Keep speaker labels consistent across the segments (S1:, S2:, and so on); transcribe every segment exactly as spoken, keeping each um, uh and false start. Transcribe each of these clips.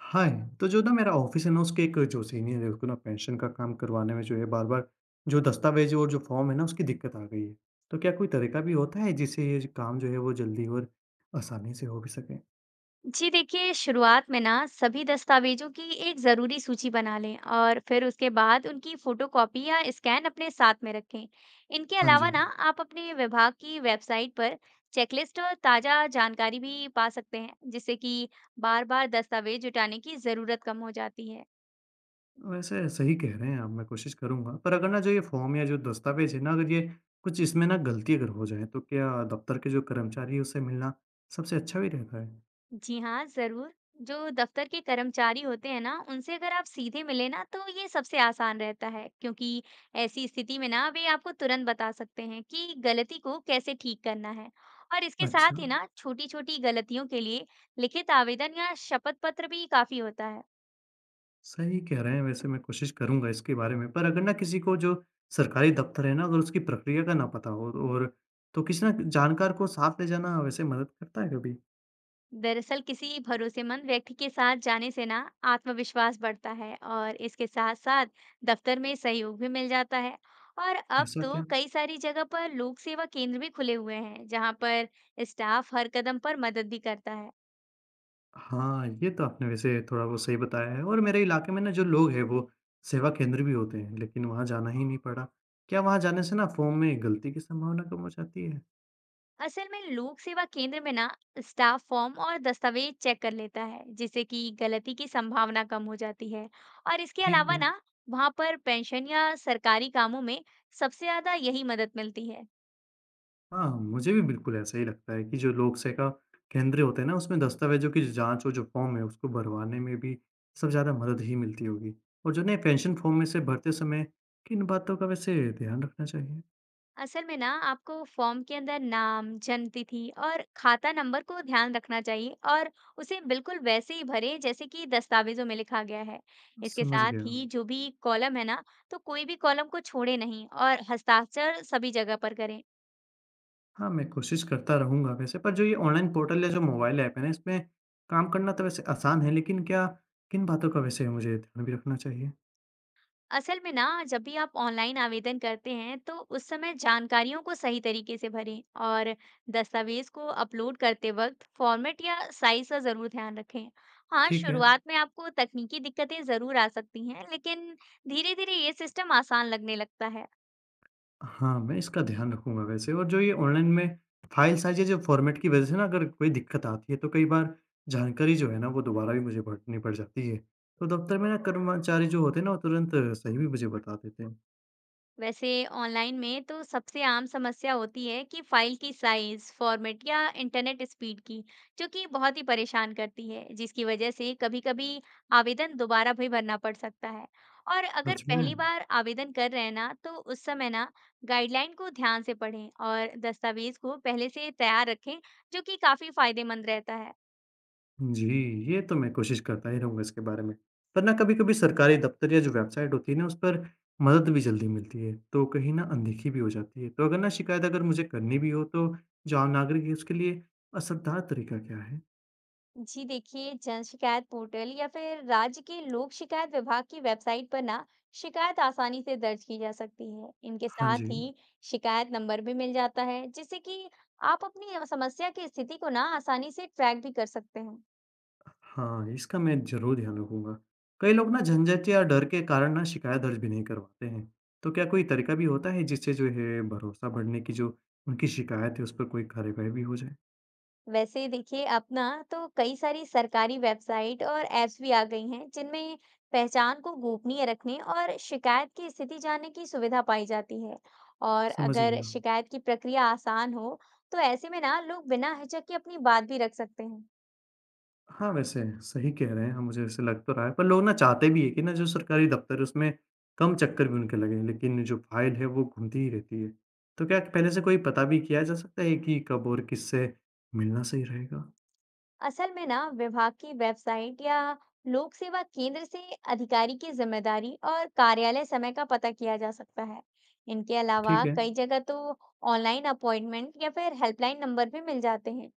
S1: हाँ, तो जो ना मेरा ऑफ़िस है ना उसके एक जो सीनियर है उसको ना पेंशन का काम करवाने में जो है बार-बार जो दस्तावेज़ और जो फ़ॉर्म है ना उसकी दिक्कत आ गई है। तो क्या कोई तरीका भी होता है जिससे ये जो काम जो है वो जल्दी और आसानी से हो भी सके?
S2: जी देखिए, शुरुआत में ना सभी दस्तावेजों की एक ज़रूरी सूची बना लें और फिर उसके बाद उनकी फोटोकॉपी या स्कैन अपने साथ में रखें। इनके
S1: हाँ
S2: अलावा
S1: जी।
S2: ना आप अपने विभाग की वेबसाइट पर चेकलिस्ट और ताज़ा जानकारी भी पा सकते हैं, जिससे कि बार बार दस्तावेज जुटाने की ज़रूरत कम हो जाती है।
S1: वैसे सही कह रहे हैं आप, मैं कोशिश करूँगा। पर अगर ना जो ये फ़ॉर्म या जो दस्तावेज़ है ना अगर ये कुछ इसमें ना गलती अगर हो जाए तो क्या दफ़्तर के जो कर्मचारी है उससे मिलना सबसे अच्छा भी रहता है?
S2: जी हाँ, ज़रूर। जो दफ्तर के कर्मचारी होते हैं ना, उनसे अगर आप सीधे मिलें ना, तो ये सबसे आसान रहता है, क्योंकि ऐसी स्थिति में ना वे आपको तुरंत बता सकते हैं कि गलती को कैसे ठीक करना है। और इसके
S1: अच्छा।
S2: साथ ही ना छोटी-छोटी गलतियों के लिए लिखित आवेदन या शपथ पत्र भी काफ़ी होता है।
S1: सही कह रहे हैं, वैसे मैं कोशिश करूँगा इसके बारे में। पर अगर ना किसी को जो सरकारी दफ़्तर है ना, अगर उसकी प्रक्रिया का ना पता हो और तो किसी ना जानकार को साथ ले जाना वैसे मदद करता है कभी?
S2: दरअसल किसी भरोसेमंद व्यक्ति के साथ जाने से ना आत्मविश्वास बढ़ता है और इसके साथ साथ दफ्तर में सहयोग भी मिल जाता है। और अब
S1: ऐसा
S2: तो
S1: क्या?
S2: कई सारी जगह पर लोक सेवा केंद्र भी खुले हुए हैं, जहां पर स्टाफ हर कदम पर मदद भी करता है।
S1: हाँ, ये तो आपने वैसे थोड़ा वो सही बताया है और मेरे इलाके में ना जो लोग हैं वो सेवा केंद्र भी होते हैं, लेकिन वहाँ जाना ही नहीं पड़ा। क्या वहाँ जाने से ना फ़ॉर्म में गलती की संभावना कम हो जाती है?
S2: असल में लोक सेवा केंद्र में ना स्टाफ फॉर्म और दस्तावेज चेक कर लेता है, जिससे कि गलती की संभावना कम हो जाती है। और इसके
S1: ठीक
S2: अलावा
S1: है।
S2: ना वहां पर पेंशन या सरकारी कामों में सबसे ज्यादा यही मदद मिलती है।
S1: हाँ, मुझे भी बिल्कुल ऐसा ही लगता है कि जो लोकसेवा केंद्र होते हैं ना, उसमें दस्तावेज़ों की जो जाँच और जो फ़ॉर्म है, उसको भरवाने में भी सबसे ज़्यादा मदद ही मिलती होगी। और जो नए पेंशन फ़ॉर्म में से भरते समय किन बातों का वैसे ध्यान रखना चाहिए?
S2: असल में ना आपको फॉर्म के अंदर नाम, जन्म तिथि और खाता नंबर को ध्यान रखना चाहिए और उसे बिल्कुल वैसे ही भरें जैसे कि दस्तावेजों में लिखा गया है। इसके
S1: समझ गया।
S2: साथ ही जो भी कॉलम है ना, तो कोई भी कॉलम को छोड़े नहीं और हस्ताक्षर सभी जगह पर करें।
S1: हाँ, मैं कोशिश करता रहूँगा वैसे, पर जो ये ऑनलाइन पोर्टल या जो मोबाइल ऐप है ना, इसमें काम करना तो वैसे आसान है, लेकिन क्या किन बातों का वैसे मुझे ध्यान भी रखना चाहिए?
S2: असल में ना जब भी आप ऑनलाइन आवेदन करते हैं, तो उस समय जानकारियों को सही तरीके से भरें और दस्तावेज को अपलोड करते वक्त फॉर्मेट या साइज का जरूर ध्यान रखें। हाँ,
S1: ठीक है।
S2: शुरुआत में आपको तकनीकी दिक्कतें जरूर आ सकती हैं, लेकिन धीरे धीरे ये सिस्टम आसान लगने लगता है।
S1: हाँ, मैं इसका ध्यान रखूँगा वैसे और जो ये ऑनलाइन में फाइल साइज़ या जो फॉर्मेट की वजह से ना अगर कोई दिक्कत आती है, तो कई बार जानकारी जो है ना वो दोबारा भी मुझे भरनी पड़ जाती है। तो दफ़्तर में ना कर्मचारी जो होते हैं ना वो तुरंत सही भी मुझे बता देते हैं।
S2: वैसे ऑनलाइन में तो सबसे आम समस्या होती है कि फाइल की साइज, फॉर्मेट या इंटरनेट स्पीड की, जो कि बहुत ही परेशान करती है, जिसकी वजह से कभी-कभी आवेदन दोबारा भी भरना पड़ सकता है। और अगर
S1: सच में?
S2: पहली बार आवेदन कर रहे हैं ना, तो उस समय ना गाइडलाइन को ध्यान से पढ़ें और दस्तावेज को पहले से तैयार रखें, जो कि काफी फायदेमंद रहता है।
S1: जी, ये तो मैं कोशिश करता ही रहूँगा इसके बारे में। पर ना कभी-कभी सरकारी दफ़्तर या जो वेबसाइट होती है ना उस पर मदद भी जल्दी मिलती है, तो कहीं ना अनदेखी भी हो जाती है। तो अगर ना शिकायत अगर मुझे करनी भी हो तो जो आम नागरिक है उसके लिए असरदार तरीका क्या है?
S2: जी देखिए, जन शिकायत पोर्टल या फिर राज्य के लोक शिकायत विभाग की वेबसाइट पर ना शिकायत आसानी से दर्ज की जा सकती है। इनके
S1: हाँ जी।
S2: साथ ही शिकायत नंबर भी मिल जाता है, जिससे कि आप अपनी समस्या की स्थिति को ना आसानी से ट्रैक भी कर सकते हैं।
S1: हाँ, इसका मैं ज़रूर ध्यान रखूँगा। कई लोग ना झंझट या डर के कारण ना शिकायत दर्ज भी नहीं करवाते हैं। तो क्या कोई तरीका भी होता है जिससे जो है भरोसा बढ़ने की जो उनकी शिकायत है उस पर कोई कार्यवाही भी हो जाए?
S2: वैसे देखिए, अब ना तो कई सारी सरकारी वेबसाइट और ऐप्स भी आ गई हैं, जिनमें पहचान को गोपनीय रखने और शिकायत की स्थिति जानने की सुविधा पाई जाती है। और
S1: समझ
S2: अगर
S1: गया।
S2: शिकायत की प्रक्रिया आसान हो, तो ऐसे में ना लोग बिना हिचक के अपनी बात भी रख सकते हैं।
S1: हाँ, वैसे सही कह रहे हैं, हाँ, मुझे ऐसे लग तो रहा है पर लोग ना चाहते भी है कि ना जो सरकारी दफ़्तर है उसमें कम चक्कर भी उनके लगे लेकिन जो फ़ाइल है वो घूमती ही रहती है। तो क्या पहले से कोई पता भी किया जा सकता है कि कब और किससे मिलना सही रहेगा?
S2: असल में ना विभाग की वेबसाइट या लोक सेवा केंद्र से अधिकारी की जिम्मेदारी और कार्यालय समय का पता किया जा सकता है। इनके अलावा
S1: ठीक है।
S2: कई जगह तो ऑनलाइन अपॉइंटमेंट या फिर हेल्पलाइन नंबर भी मिल जाते हैं,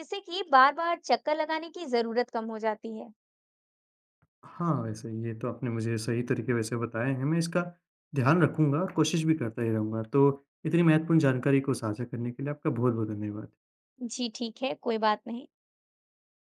S2: जिससे कि बार बार चक्कर लगाने की जरूरत कम हो जाती है।
S1: हाँ, वैसे ये तो आपने मुझे सही तरीके वैसे बताए हैं, मैं इसका ध्यान रखूँगा और कोशिश भी करता ही रहूँगा। तो इतनी महत्वपूर्ण जानकारी को साझा करने के लिए आपका बहुत-बहुत धन्यवाद।
S2: जी ठीक है, कोई बात नहीं।